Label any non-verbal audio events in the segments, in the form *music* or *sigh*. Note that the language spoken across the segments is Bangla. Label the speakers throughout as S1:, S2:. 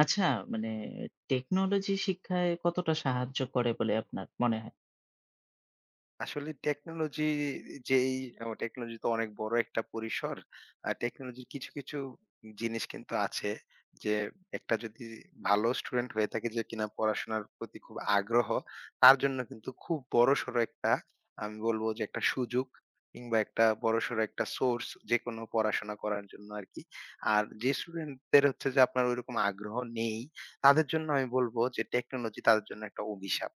S1: আচ্ছা, মানে টেকনোলজি শিক্ষায় কতটা সাহায্য করে বলে আপনার মনে হয়?
S2: আসলে টেকনোলজি যেই ও টেকনোলজি তো অনেক বড় একটা পরিসর। টেকনোলজির কিছু জিনিস কিন্তু আছে যে একটা যদি ভালো স্টুডেন্ট হয়ে থাকে যে কিনা পড়াশোনার প্রতি খুব আগ্রহ, তার জন্য কিন্তু খুব বড়সড় একটা আমি বলবো যে একটা সুযোগ কিংবা একটা বড়সড় একটা সোর্স যেকোনো পড়াশোনা করার জন্য আরকি। আর যে স্টুডেন্টদের হচ্ছে যে আপনার ঐরকম আগ্রহ নেই, তাদের জন্য আমি বলব যে টেকনোলজি তাদের জন্য একটা অভিশাপ।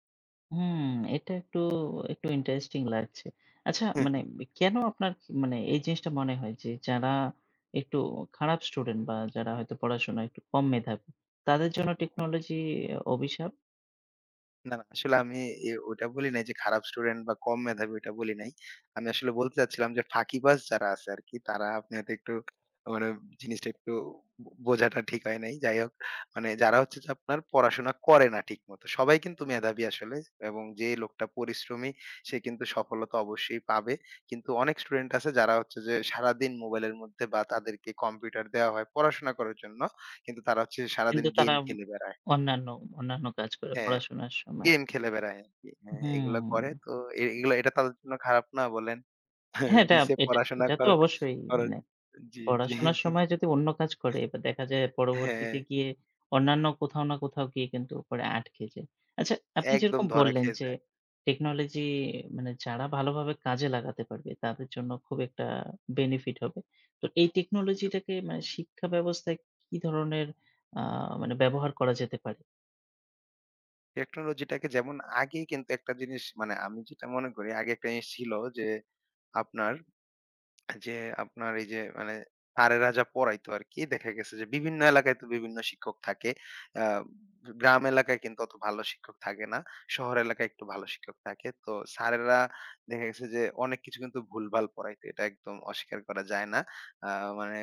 S1: হুম, এটা একটু ইন্টারেস্টিং লাগছে। আচ্ছা, মানে
S2: *laughs*
S1: কেন আপনার মানে এই জিনিসটা মনে হয় যে যারা একটু খারাপ স্টুডেন্ট বা যারা হয়তো পড়াশোনায় একটু কম মেধাবী, তাদের জন্য টেকনোলজি অভিশাপ।
S2: না, না। আসলে আমি ওটা বলি নাই যে খারাপ স্টুডেন্ট বা কম মেধাবী ওটা বলি নাই। আমি আসলে বলতে চাচ্ছিলাম যে ফাঁকিবাজ যারা আছে আরকি তারা আপনি হয়তো একটু মানে জিনিসটা একটু বোঝাটা ঠিক হয় নাই। যাই হোক মানে যারা হচ্ছে যে আপনার পড়াশোনা করে না ঠিকমতো। সবাই কিন্তু মেধাবী আসলে, এবং যে লোকটা পরিশ্রমী সে কিন্তু সফলতা অবশ্যই পাবে। কিন্তু অনেক স্টুডেন্ট আছে যারা হচ্ছে যে সারাদিন মোবাইলের মধ্যে বা তাদেরকে কম্পিউটার দেওয়া হয় পড়াশোনা করার জন্য। কিন্তু তারা হচ্ছে
S1: কিন্তু
S2: সারাদিন গেম
S1: তারা
S2: খেলে বেড়ায়।
S1: অন্যান্য, অন্যান্য কাজ করে
S2: হ্যাঁ।
S1: পড়াশোনার সময়।
S2: গেম খেলে বেড়ায় আরকি। হ্যাঁ, এগুলো
S1: হুম।
S2: করে। তো এগুলো এটা তাদের জন্য খারাপ না বলেন?
S1: হ্যাঁ,
S2: *laughs*
S1: এটা,
S2: দিছে
S1: এটা,
S2: পড়াশোনা
S1: এটা তো
S2: করার
S1: অবশ্যই,
S2: করার
S1: মানে
S2: জি, জি।
S1: পড়াশোনার সময় যদি অন্য কাজ করে এবার দেখা যায়
S2: হ্যাঁ,
S1: পরবর্তীতে গিয়ে অন্যান্য কোথাও না কোথাও গিয়ে কিন্তু পরে আটকে যায়। আচ্ছা আপনি
S2: একদম
S1: যেরকম
S2: ধরা
S1: বললেন
S2: খেয়ে
S1: যে
S2: যায়।
S1: টেকনোলজি মানে যারা ভালোভাবে কাজে লাগাতে পারবে তাদের জন্য খুব একটা বেনিফিট হবে। তো এই টেকনোলজিটাকে মানে শিক্ষা ব্যবস্থায় কি ধরনের আ মানে ব্যবহার করা যেতে পারে?
S2: টেকনোলজিটাকে যেমন আগে কিন্তু একটা জিনিস মানে আমি যেটা মনে করি আগে একটা জিনিস ছিল যে আপনার যে আপনার এই যে মানে স্যারেরা যা পড়াইতো আরকি দেখা গেছে যে বিভিন্ন এলাকায় তো বিভিন্ন শিক্ষক থাকে। আ গ্রাম এলাকায় কিন্তু অত ভালো শিক্ষক থাকে না। শহর এলাকায় একটু ভালো শিক্ষক থাকে। তো স্যারেরা দেখা গেছে যে অনেক কিছু কিন্তু ভুলভাল পড়াইতো। এটা একদম অস্বীকার করা যায় না। আ মানে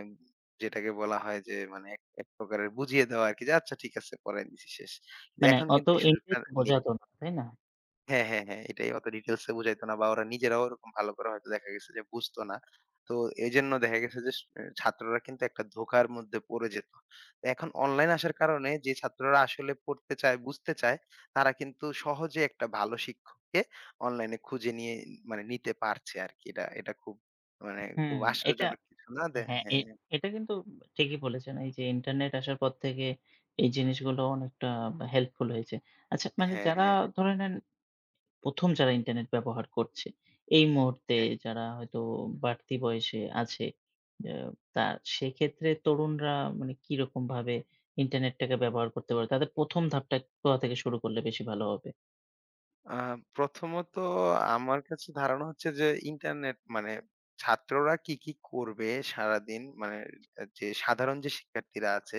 S2: যেটাকে বলা হয় যে মানে এক প্রকারের বুঝিয়ে দেওয়া আরকি যে আচ্ছা ঠিক আছে পড়ায় দিছি শেষ। কিন্তু
S1: মানে
S2: এখন
S1: অত
S2: কিন্তু এই সুযোগটা
S1: ইন্টারেস্ট বোঝাতো না, তাই না?
S2: হ্যাঁ, হ্যাঁ, হ্যাঁ। এটাই অত ডিটেইলস এ বুঝাইতো না বা ওরা নিজেরাও ওরকম ভালো করে হয়তো দেখা গেছে যে বুঝতো না। তো এজন্য দেখা গেছে যে ছাত্ররা কিন্তু একটা ধোঁকার মধ্যে পড়ে যেত। তো এখন অনলাইন আসার কারণে যে ছাত্ররা আসলে পড়তে চায়, বুঝতে চায়, তারা কিন্তু সহজে একটা ভালো শিক্ষককে অনলাইনে খুঁজে নিয়ে মানে নিতে পারছে আরকি। এটা এটা খুব মানে
S1: হুম,
S2: খুব
S1: এটা,
S2: আশ্চর্যজনক কিছু না?
S1: হ্যাঁ, এ
S2: হ্যাঁ,
S1: এটা কিন্তু ঠিকই বলেছেন। এই যে ইন্টারনেট আসার পর থেকে এই জিনিসগুলো অনেকটা হেল্পফুল হয়েছে। আচ্ছা, মানে
S2: হ্যাঁ,
S1: যারা
S2: হ্যাঁ, হ্যাঁ।
S1: ধরে নেন ১ম যারা ইন্টারনেট ব্যবহার করছে, এই মুহূর্তে যারা হয়তো বাড়তি বয়সে আছে, আ তা সেক্ষেত্রে তরুণরা মানে কিরকমভাবে ইন্টারনেটটাকে ব্যবহার করতে পারে? তাদের ১ম ধাপটা কোথা থেকে শুরু করলে বেশি ভালো হবে?
S2: আ প্রথমত আমার কাছে ধারণা হচ্ছে যে ইন্টারনেট মানে ছাত্ররা কি করবে সারাদিন মানে যে সাধারণ যে শিক্ষার্থীরা আছে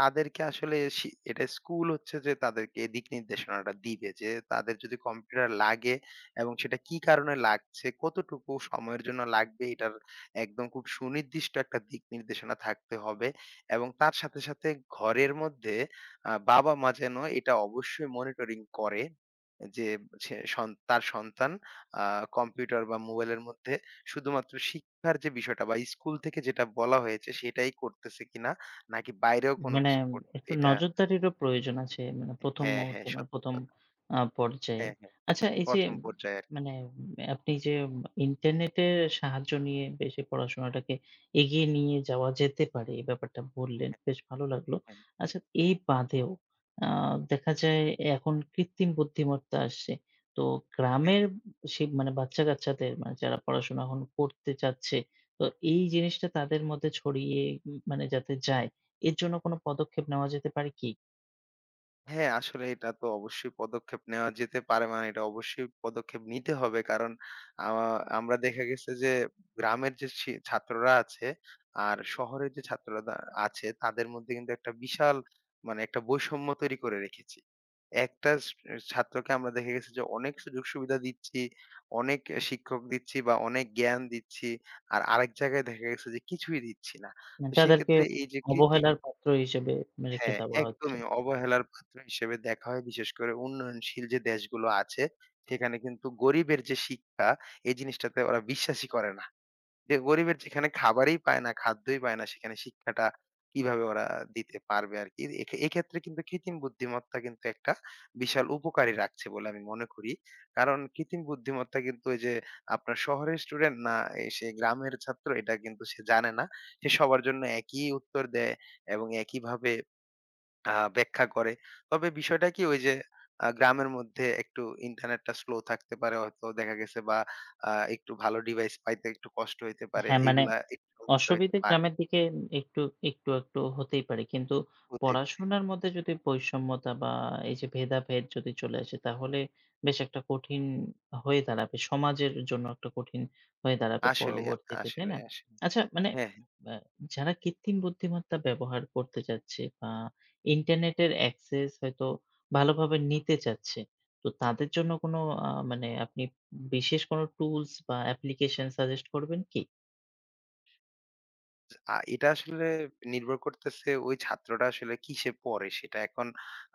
S2: তাদেরকে আসলে এটা স্কুল হচ্ছে যে তাদেরকে দিক নির্দেশনাটা দিবে যে তাদের যদি কম্পিউটার লাগে এবং সেটা কি কারণে লাগছে, কতটুকু সময়ের জন্য লাগবে এটার একদম খুব সুনির্দিষ্ট একটা দিক নির্দেশনা থাকতে হবে এবং তার সাথে ঘরের মধ্যে বাবা-মা যেন এটা অবশ্যই মনিটরিং করে যে সে সন তার সন্তান আ কম্পিউটার বা মোবাইলের মধ্যে শুধুমাত্র শিক্ষার যে বিষয়টা বা স্কুল থেকে যেটা বলা হয়েছে সেটাই করতেছে কিনা, নাকি বাইরেও কোনো
S1: মানে
S2: কিছু করতেছে
S1: একটু
S2: এটা
S1: নজরদারিরও প্রয়োজন আছে। মানে ১ম
S2: হ্যাঁ,
S1: মুহূর্তে,
S2: হ্যাঁ,
S1: মানে
S2: সত্যি
S1: ১ম
S2: কথা।
S1: পর্যায়ে।
S2: হ্যাঁ, হ্যাঁ।
S1: আচ্ছা, এই যে
S2: ১ম পর্যায়ে আরকি।
S1: মানে আপনি যে ইন্টারনেটের সাহায্য নিয়ে বেশ এই পড়াশোনাটাকে এগিয়ে নিয়ে যাওয়া যেতে পারে এই ব্যাপারটা বললেন।
S2: হ্যাঁ,
S1: বেশ ভালো লাগলো।
S2: হ্যাঁ,
S1: আচ্ছা, এই বাদেও আ দেখা যায় এখন কৃত্রিম বুদ্ধিমত্তা আসছে। তো
S2: হ্যাঁ,
S1: গ্রামের
S2: হ্যাঁ।
S1: সে মানে বাচ্চা-কাচ্চাদের, মানে যারা পড়াশোনা এখন করতে চাচ্ছে, তো এই জিনিসটা তাদের মধ্যে ছড়িয়ে মানে যাতে যায়, এর জন্য কোনো পদক্ষেপ নেওয়া যেতে পারে কি?
S2: হ্যাঁ, আসলে এটা তো অবশ্যই পদক্ষেপ নেওয়া যেতে পারে মানে এটা অবশ্যই পদক্ষেপ নিতে হবে। কারণ আ আমরা দেখা গেছে যে গ্রামের যে ছাত্ররা আছে আর শহরের যে ছাত্ররা আছে তাদের মধ্যে কিন্তু একটা বিশাল মানে একটা বৈষম্য তৈরি করে রেখেছি। একটা ছাত্রকে আমরা দেখা গেছে যে অনেক সুযোগ সুবিধা দিচ্ছি, অনেক শিক্ষক দিচ্ছি বা অনেক জ্ঞান দিচ্ছি। আর আরেক জায়গায় দেখা গেছে যে কিছুই দিচ্ছি না।
S1: মানে
S2: তো
S1: তাদেরকে
S2: সেক্ষেত্রে এই যে কৃত্রিম
S1: অবহেলার পাত্র হিসেবে রেখে
S2: হ্যাঁ,
S1: দেওয়া হচ্ছে।
S2: একদমই অবহেলার পাত্র হিসেবে দেখা হয় বিশেষ করে উন্নয়নশীল যে দেশগুলো আছে সেখানে কিন্তু গরিবের যে শিক্ষা এই জিনিসটাতে ওরা বিশ্বাসই করে না। যে গরিবের যেখানে খাবারই পায় না, খাদ্যই পায় না সেখানে শিক্ষাটা কিভাবে ওরা দিতে পারবে আরকি। এক্ষেত্রে কিন্তু কৃত্রিম বুদ্ধিমত্তা কিন্তু একটা বিশাল উপকারী রাখছে বলে আমি মনে করি। কারণ কৃত্রিম বুদ্ধিমত্তা কিন্তু ওই যে আপনার শহরের স্টুডেন্ট না সে গ্রামের ছাত্র এটা কিন্তু সে জানে না। সে সবার জন্য একই উত্তর দেয় এবং একইভাবে ব্যাখ্যা করে। তবে বিষয়টা কি ওই যে গ্রামের মধ্যে একটু ইন্টারনেটটা স্লো থাকতে পারে হয়তো দেখা গেছে বা একটু ভালো ডিভাইস পাইতে একটু কষ্ট হইতে পারে।
S1: হ্যাঁ, মানে
S2: এগুলা একটু সমস্যা হইতে
S1: অসুবিধে
S2: পারে,
S1: গ্রামের দিকে একটু, একটু হতেই পারে। কিন্তু
S2: হতেই পারে।
S1: পড়াশোনার মধ্যে যদি বৈষম্যতা বা এই যে ভেদাভেদ যদি চলে আসে তাহলে বেশ একটা কঠিন হয়ে দাঁড়াবে। সমাজের জন্য একটা কঠিন হয়ে দাঁড়াবে
S2: আসলেই,
S1: পরবর্তীতে, তাই না?
S2: আসলেই, আসলেই।
S1: আচ্ছা, মানে
S2: হ্যাঁ, হ্যাঁ।
S1: আ যারা কৃত্রিম বুদ্ধিমত্তা ব্যবহার করতে চাচ্ছে বা ইন্টারনেটের অ্যাক্সেস হয়তো ভালোভাবে নিতে চাচ্ছে, তো তাদের জন্য কোনো মানে আপনি বিশেষ কোনো টুলস বা অ্যাপ্লিকেশন সাজেস্ট করবেন কি?
S2: এটা আসলে নির্ভর করতেছে ওই ছাত্রটা আসলে কিসে পড়ে সেটা। এখন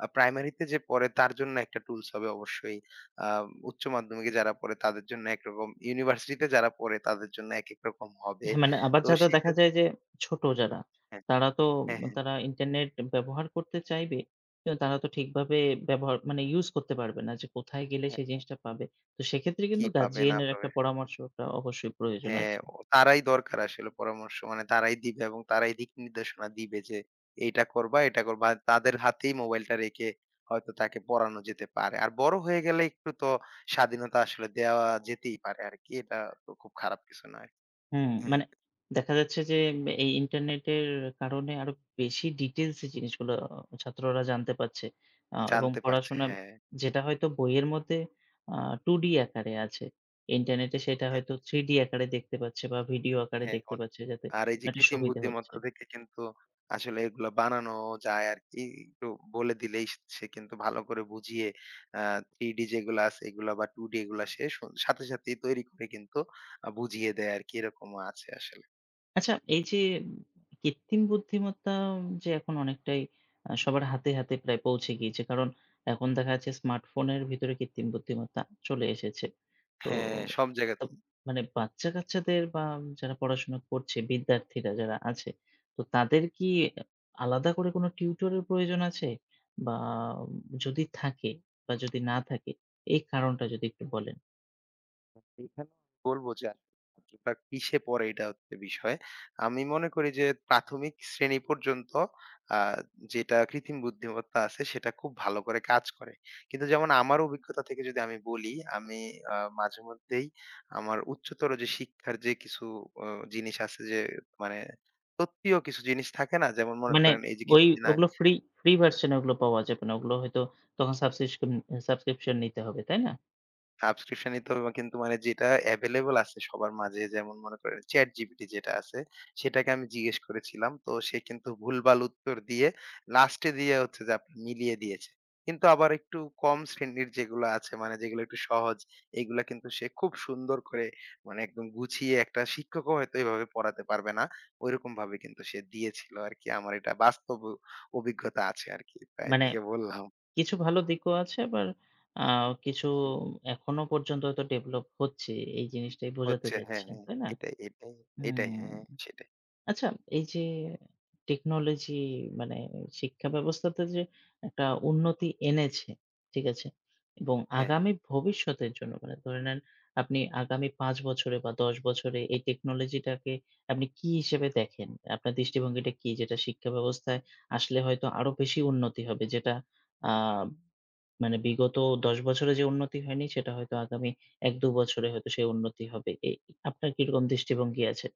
S2: প্রাইমারিতে যে পড়ে তার জন্য একটা টুলস হবে অবশ্যই। আ উচ্চ মাধ্যমিকে যারা পড়ে তাদের জন্য একরকম, ইউনিভার্সিটিতে যারা পড়ে তাদের জন্য একেক রকম হবে।
S1: হ্যাঁ, মানে আবার
S2: তো
S1: যারা দেখা যায়
S2: সেক্ষেত্রে
S1: যে ছোট যারা,
S2: হ্যাঁ,
S1: তারা তো
S2: হ্যাঁ, হ্যাঁ।
S1: তারা ইন্টারনেট ব্যবহার করতে চাইবে। কিন্তু তারা তো ঠিকভাবে ব্যবহার মানে ইউজ করতে পারবে না যে কোথায় গেলে
S2: হ্যাঁ,
S1: সেই
S2: হ্যাঁ।
S1: জিনিসটা পাবে। তো সেক্ষেত্রে
S2: কি
S1: কিন্তু
S2: পাবে
S1: গার্ডিয়ান
S2: না
S1: এর একটা
S2: পাবে।
S1: পরামর্শটা অবশ্যই প্রয়োজন
S2: হ্যাঁ,
S1: আছে।
S2: ও তারাই দরকার আসলে পরামর্শ। মানে তারাই দিবে এবং তারাই দিক নির্দেশনা দিবে যে এইটা করবা, এটা করবা। আর তাদের হাতেই মোবাইলটা রেখে হয়তো তাকে পড়ানো যেতে পারে। আর বড় হয়ে গেলে একটু তো স্বাধীনতা আসলে দেওয়া যেতেই পারে আরকি। এটা তো খুব খারাপ কিছু নয়।
S1: হুম,
S2: হ্যাঁ।
S1: মানে দেখা যাচ্ছে যে এই ইন্টারনেটের কারণে আরো বেশি ডিটেইলস এ জিনিসগুলো ছাত্ররা জানতে পারছে। এবং
S2: জানতে পারছে,
S1: পড়াশোনা
S2: হ্যাঁ।
S1: যেটা হয়তো বইয়ের মধ্যে আ 2D আকারে আছে। ইন্টারনেটে সেটা হয়তো 3D আকারে দেখতে পাচ্ছে বা ভিডিও আকারে
S2: হ্যাঁ,
S1: দেখতে
S2: অনেক।
S1: পাচ্ছে, যাতে
S2: আর এই যে
S1: একটা
S2: কৃত্রিম
S1: সুবিধা হচ্ছে।
S2: বুদ্ধিমত্তা থেকে কিন্তু আসলে এগুলা বানানো যায় আরকি। একটু বলে দিলেই সে কিন্তু ভালো করে বুঝিয়ে আ 3D যেগুলা আছে এগুলা বা 2D এগুলা সে সাথে সাথেই তৈরি করে কিন্তু বুঝিয়ে দেয় আরকি। এরকমও আছে আসলে।
S1: আচ্ছা, এই যে কৃত্রিম বুদ্ধিমত্তা যে এখন অনেকটাই সবার হাতে প্রায় পৌঁছে গিয়েছে। কারণ এখন দেখা যাচ্ছে স্মার্টফোনের ভিতরে কৃত্রিম বুদ্ধিমত্তা চলে এসেছে। তো,
S2: হ্যাঁ, সব জায়গা
S1: তো মানে বাচ্চা-কাচ্চাদের বা যারা পড়াশোনা করছে, বিদ্যার্থীরা যারা আছে, তো তাদের কি আলাদা করে কোনো টিউটরের প্রয়োজন আছে? বা যদি থাকে বা যদি না থাকে এই কারণটা যদি একটু বলেন?
S2: এখানে বলব যে ছাত্রটা কিসে পড়ে এটা হচ্ছে বিষয়। আমি মনে করি যে প্রাথমিক শ্রেণী পর্যন্ত আ যেটা কৃত্রিম বুদ্ধিমত্তা আছে সেটা খুব ভালো করে কাজ করে। কিন্তু যেমন আমার অভিজ্ঞতা থেকে যদি আমি বলি, আমি মাঝেমধ্যেই আমার উচ্চতর যে শিক্ষার যে কিছু অ জিনিস আছে যে মানে তত্ত্বীয় কিছু জিনিস থাকে না? যেমন মনে
S1: মানে
S2: করেন এই যে
S1: ওই
S2: কিছুদিন আগ
S1: ওগুলো ফ্রি ভার্শন ওগুলো পাওয়া যাবে না। ওগুলো হয়তো তখন সাবস্ক্রিপশন সাবস্ক্রিপশন নিতে হবে, তাই না?
S2: সাবস্ক্রিপশনই তো কিন্তু মানে যেটা এভেইলেবল আছে সবার মাঝে যেমন মনে করেন ChatGPT যেটা আছে সেটাকে আমি জিজ্ঞেস করেছিলাম। তো সে কিন্তু ভুলভাল উত্তর দিয়ে লাস্টে দিয়ে হচ্ছে যে আপনার মিলিয়ে দিয়েছে। কিন্তু আবার একটু কম শ্রেণীর যেগুলো আছে মানে যেগুলো একটু সহজ এগুলা কিন্তু সে খুব সুন্দর করে মানে একদম গুছিয়ে একটা শিক্ষকও হয়তো এভাবে পড়াতে পারবে না। ঐরকম ভাবে কিন্তু সে দিয়েছিল আরকি। আমার এটা বাস্তব অভিজ্ঞতা আছে আরকি। তাই
S1: মানে
S2: থেকে বললাম।
S1: কিছু ভালো দিকও আছে, আবার আ কিছু এখনো পর্যন্ত হয়তো ডেভেলপ হচ্ছে। এই জিনিসটাই বোঝাতে
S2: হচ্ছে হ্যাঁ,
S1: চাচ্ছেন,
S2: হ্যাঁ।
S1: তাই না?
S2: এটাই, এটাই, এটাই
S1: হুম।
S2: হ্যাঁ, সেটাই।
S1: আচ্ছা, এই যে টেকনোলজি মানে শিক্ষা ব্যবস্থাতে যে একটা উন্নতি এনেছে, ঠিক আছে? এবং
S2: হ্যাঁ,
S1: আগামী ভবিষ্যতের জন্য মানে ধরে নেন আপনি আগামী ৫ বছরে বা ১০ বছরে এই টেকনোলজিটাকে আপনি কি হিসেবে দেখেন? আপনার দৃষ্টিভঙ্গিটা কি? যেটা শিক্ষা ব্যবস্থায় আসলে হয়তো আরো বেশি উন্নতি হবে যেটা আ মানে বিগত ১০ বছরে যে উন্নতি হয়নি সেটা হয়তো আগামী ১-২ বছরে হয়তো সেই উন্নতি হবে। আপনার কিরকম দৃষ্টিভঙ্গি আছে?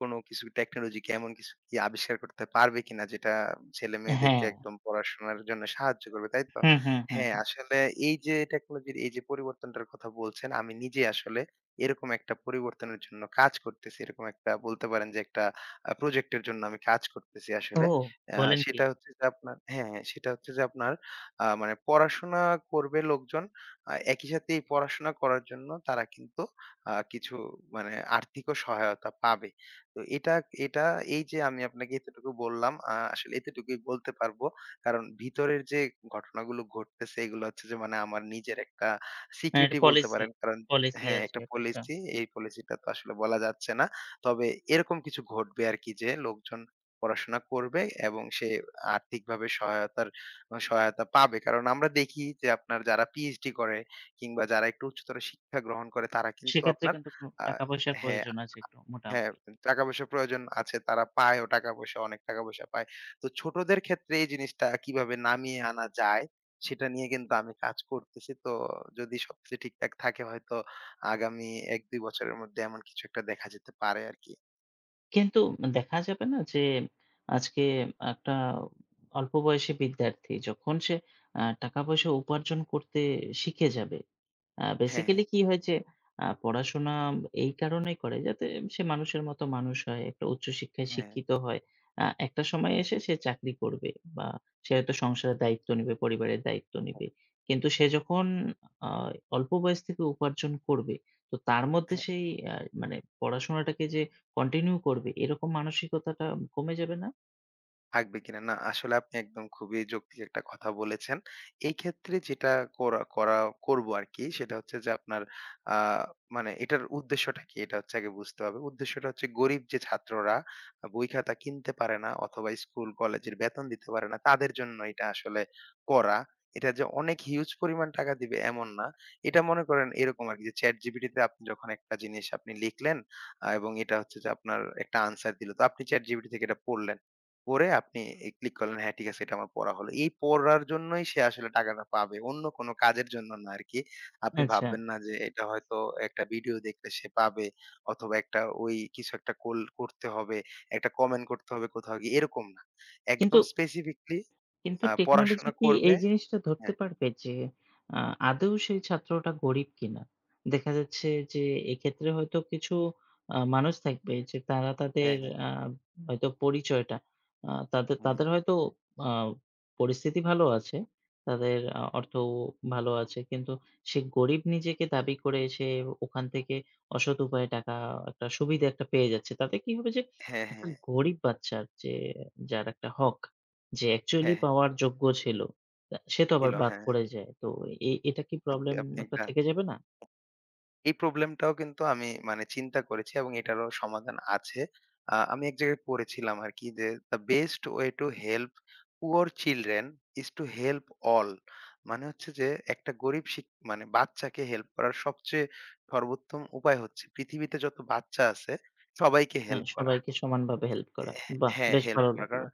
S2: কোনো কিছু টেকনোলজি কি এমন কিছু কি আবিষ্কার করতে পারবে কিনা যেটা ছেলে-মেয়েদেরকে
S1: হ্যাঁ।
S2: একদম পড়াশোনার জন্য সাহায্য করবে, তাই তো?
S1: হুম, হুম, হুম,
S2: হ্যাঁ,
S1: হুম।
S2: আসলে এই যে টেকনোলজির এই যে পরিবর্তনটার কথা বলছেন, আমি নিজে আসলে এরকম একটা পরিবর্তনের জন্য কাজ করতেছি। এরকম একটা বলতে পারেন যে একটা প্রজেক্টের জন্য আমি কাজ করতেছি
S1: ও!
S2: আসলে। আ
S1: বলেন কি?
S2: সেটা হচ্ছে যে আপনার হ্যাঁ, হ্যাঁ, সেটা হচ্ছে যে আপনার মানে পড়াশোনা করবে লোকজন। একই সাথে এই পড়াশোনা করার জন্য তারা কিন্তু কিছু মানে আর্থিকও সহায়তা পাবে। তো এটা এই যে আমি আপনাকে এতটুকু বললাম, আসলে এতটুকুই বলতে পারবো। কারণ ভিতরের যে ঘটনাগুলো ঘটতেছে এগুলো হচ্ছে যে মানে আমার নিজের একটা
S1: মানে এটা
S2: সিক্রেটই বলতে
S1: পলিসি,
S2: পারেন। কারণ
S1: পলিসি
S2: হ্যাঁ,
S1: আছে
S2: একটা
S1: এটা একটা।
S2: পলিসি, এই পলিসিটা তো আসলে বলা যাচ্ছে না। তবে এরকম কিছু ঘটবে আরকি যে লোকজন পড়াশোনা করবে এবং সে আর্থিকভাবে সহায়তার সহায়তা পাবে। কারণ আমরা দেখি যে আপনার যারা পিএইচডি করে কিংবা যারা একটু উচ্চতর শিক্ষা গ্রহণ করে তারা কিন্তু
S1: সেক্ষেত্রে
S2: আপনার
S1: কিন্তু
S2: আ
S1: টাকা-পয়সার
S2: হ্যাঁ,
S1: প্রয়োজন আছে একটু মোটা
S2: হ্যাঁ,
S1: অঙ্কের।
S2: টাকা পয়সার প্রয়োজন আছে। তারা পায়ও টাকা পয়সা, অনেক টাকা পয়সা পায়। তো ছোটদের ক্ষেত্রে এই জিনিসটা কিভাবে নামিয়ে আনা যায়, সেটা নিয়ে কিন্তু আমি কাজ করতেছি। তো যদি সবকিছু ঠিকঠাক থাকে হয়তো আগামী ১-২ বছরের মধ্যে এমন কিছু একটা দেখা যেতে পারে আরকি।
S1: কিন্তু দেখা যাবে না যে আজকে একটা অল্প বয়সী বিদ্যার্থী যখন সে টাকা-পয়সা উপার্জন করতে শিখে যাবে,
S2: হ্যাঁ,
S1: বেসিক্যালি কি হয়েছে, পড়াশোনা এই কারণেই করে যাতে সে মানুষের মতো মানুষ হয়, একটা উচ্চশিক্ষায়
S2: হ্যাঁ,
S1: শিক্ষিত হয়। একটা সময় এসে সে চাকরি করবে বা সে হয়তো সংসারের দায়িত্ব নিবে, পরিবারের দায়িত্ব
S2: হ্যাঁ,
S1: নিবে। কিন্তু সে যখন আ অল্প বয়স থেকে উপার্জন করবে, তো তার মধ্যে
S2: হ্যাঁ।
S1: সেই আ মানে পড়াশোনাটাকে যে কন্টিনিউ করবে এরকম মানসিকতাটা কমে যাবে না?
S2: থাকবে কিনা। না, আসলে আপনি একদম খুবই যৌক্তিক একটা কথা বলেছেন। এই ক্ষেত্রে যেটা করা করা করব আরকি সেটা হচ্ছে যে আপনার আ মানে এটার উদ্দেশ্যটা কি? এটা হচ্ছে আগে বুঝতে হবে। উদ্দেশ্যটা হচ্ছে গরিব যে ছাত্ররা বই খাতা কিনতে পারে না অথবা স্কুল কলেজের বেতন দিতে পারে না তাদের জন্য এটা আসলে করা। এটা যে অনেক হিউজ পরিমাণ টাকা দিবে এমন না। এটা মনে করেন এরকম আরকি যে ChatGPT তে আপনি যখন একটা জিনিস আপনি লিখলেন এবং এটা হচ্ছে যে আপনার একটা আনসার দিল। তো আপনি ChatGPT থেকে এটা পড়লেন। পড়ে আপনি ক্লিক করলেন, হ্যাঁ ঠিক আছে এটা আমার পড়া হলো। এই পড়ার জন্যই সে আসলে টাকাটা পাবে। অন্য কোনো কাজের জন্য না আরকি। আপনি
S1: আচ্ছা।
S2: ভাববেন না যে এটা হয়তো একটা ভিডিও দেখলে সে পাবে অথবা একটা ওই কিছু একটা কোল করতে হবে, একটা কমেন্ট করতে হবে কোথাও গিয়ে এরকম না।
S1: কিন্তু,
S2: একদম স্পেসিফিকলি
S1: কিন্তু টেকনোলজি
S2: পড়াশোনা
S1: কি
S2: করবে
S1: এই জিনিসটা ধরতে
S2: হ্যাঁ,
S1: পারবে যে আ আদৌ সেই ছাত্রটা গরিব কিনা? দেখা যাচ্ছে যে এক্ষেত্রে হয়তো কিছু মানুষ থাকবে যে তারা তাদের
S2: হ্যাঁ, হ্যাঁ,
S1: আ হয়তো পরিচয়টা, তাদের
S2: হ্যাঁ,
S1: তাদের হয়তো আ পরিস্থিতি ভালো আছে। তাদের অর্থ ভালো আছে। কিন্তু সে গরিব নিজেকে দাবি করে সে ওখান থেকে অসৎ উপায়ে টাকা, একটা সুবিধা একটা পেয়ে যাচ্ছে। তাতে কি হবে যে
S2: হ্যাঁ,
S1: একটা
S2: হ্যাঁ,
S1: গরিব বাচ্চার যে, যার একটা হক, যে অ্যাকচুয়ালি
S2: হ্যাঁ, হ্যাঁ,
S1: পাওয়ার যোগ্য ছিল, সে তো আবার,
S2: ছিল
S1: হুম, বাদ
S2: হ্যাঁ,
S1: পড়ে যায়। তো এ এটা কি
S2: সত্যি
S1: প্রবলেম
S2: আপনি
S1: একটা
S2: একটা
S1: থেকে যাবে না?
S2: এই প্রবলেমটাও কিন্তু আমি মানে চিন্তা করেছি এবং এটারও সমাধান আছে। আমি এক জায়গায় পড়েছিলাম আরকি যে, "The best way to help poor children is to help all" মানে হচ্ছে যে একটা গরিব মানে বাচ্চাকে হেল্প করার সবচেয়ে সর্বোত্তম উপায় হচ্ছে পৃথিবীতে যত বাচ্চা আছে সবাইকে
S1: হ্যাঁ,
S2: হেল্প করা।
S1: সবাইকে সমানভাবে হেল্প করা। বাহ!
S2: হ্যাঁ,
S1: বেশ
S2: হেল্প
S1: ভালো
S2: করা।
S1: লাগলো।
S2: কারণ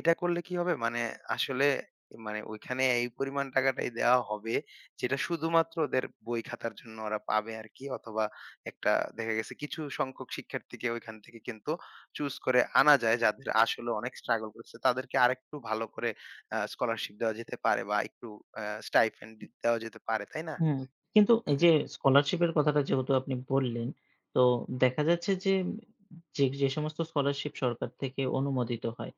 S2: এটা করলে কি হবে? মানে আসলে মানে ওইখানে এই পরিমাণ টাকাটাই দেওয়া হবে, যেটা শুধুমাত্র ওদের বই খাতার জন্য ওরা পাবে আরকি অথবা একটা দেখা গেছে কিছু সংখ্যক শিক্ষার্থীকে ওইখান থেকে কিন্তু চুজ করে আনা যায়, যাদের আসলে অনেক স্ট্রাগল করছে। তাদেরকে আরেকটু ভালো করে স্কলারশিপ দেওয়া যেতে পারে বা একটু আ স্টাইপেন্ড দেওয়া যেতে পারে, তাই না?
S1: হুম, কিন্তু এই
S2: হ্যাঁ,
S1: যে স্কলারশিপের কথাটা যেহেতু আপনি বললেন, তো দেখা যাচ্ছে যে যে সমস্ত স্কলারশিপ সরকার থেকে অনুমোদিত হয়,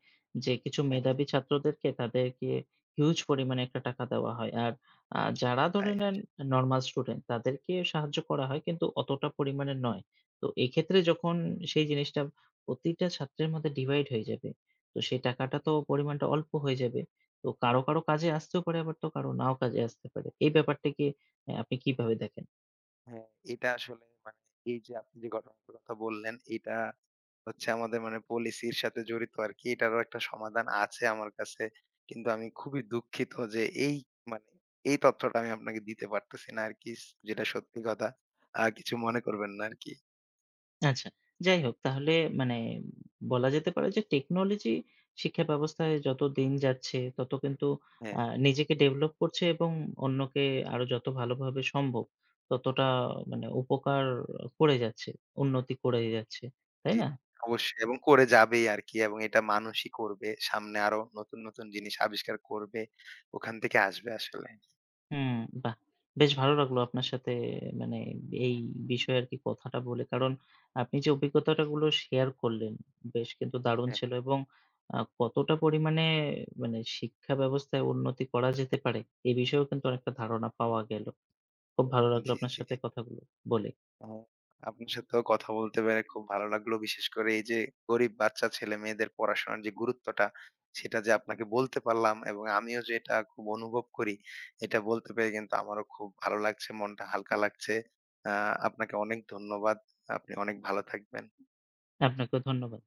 S1: যে কিছু
S2: হ্যাঁ,
S1: মেধাবী ছাত্রদেরকে তাদেরকে হিউজ পরিমাণে একটা টাকা দেওয়া হয়। আর যারা ধরে
S2: তাই
S1: নেন নরমাল স্টুডেন্ট তাদেরকে সাহায্য করা হয় কিন্তু অতটা পরিমাণে নয়। তো এক্ষেত্রে যখন সেই জিনিসটা প্রতিটা ছাত্রের মধ্যে ডিভাইড হয়ে যাবে, তো সেই টাকাটা তো পরিমাণটা অল্প হয়ে যাবে। তো কারো কাজে আসতেও পারে, আবার তো কারো নাও কাজে আসতে পারে। এই ব্যাপারটা কি, হ্যাঁ, আপনি কিভাবে দেখেন?
S2: হ্যাঁ, এটা আসলে মানে এই যে আপনি যে ঘটনাটার কথা বললেন, এটা হচ্ছে আমাদের মানে পলিসির সাথে জড়িত আরকি। এটারও একটা সমাধান আছে আমার কাছে। কিন্তু আমি খুবই দুঃখিত যে এই মানে এই তথ্যটা আমি আপনাকে দিতে পারতেছি না আরকি। যেটা সত্যি কথা। কিছু মনে করবেন না আরকি।
S1: আচ্ছা, যাই হোক তাহলে মানে বলা যেতে পারে যে টেকনোলজি শিক্ষা ব্যবস্থায় যত দিন যাচ্ছে তত কিন্তু
S2: হ্যাঁ।
S1: আ নিজেকে ডেভেলপ করছে এবং অন্যকে আরো যত ভালোভাবে সম্ভব ততটা মানে উপকার করে যাচ্ছে, উন্নতি করে যাচ্ছে। তাই
S2: জি,
S1: না?
S2: অবশ্যই এবং করে যাবেই আরকি এবং এটা মানুষই করবে। সামনে আরো নতুন জিনিস আবিষ্কার করবে। ওখান থেকে আসবে আসলে।
S1: হুম, বাহ! বেশ ভালো লাগলো আপনার সাথে মানে এই বিষয়ে আরকি কথাটা বলে। কারণ আপনি যে অভিজ্ঞতাটা গুলো শেয়ার করলেন, বেশ কিন্তু দারুণ
S2: হ্যাঁ।
S1: ছিল এবং কতটা পরিমাণে মানে শিক্ষা ব্যবস্থায় উন্নতি করা যেতে পারে, এ বিষয়েও কিন্তু অনেকটা ধারণা পাওয়া গেল। খুব ভালো লাগলো
S2: জি,
S1: আপনার
S2: জি।
S1: সাথে কথাগুলো বলে।
S2: আ আপনার সাথেও কথা বলতে পেরে খুব ভালো লাগলো। বিশেষ করে এই যে গরিব বাচ্চা ছেলেমেয়েদের পড়াশোনার যে গুরুত্বটা, সেটা যে আপনাকে বলতে পারলাম এবং আমিও যে এটা খুব অনুভব করি, এটা বলতে পেরে কিন্তু আমারও খুব ভালো লাগছে, মনটা হালকা লাগছে। আ আপনাকে অনেক ধন্যবাদ। আপনি অনেক ভালো থাকবেন।
S1: আপনাকেও ধন্যবাদ।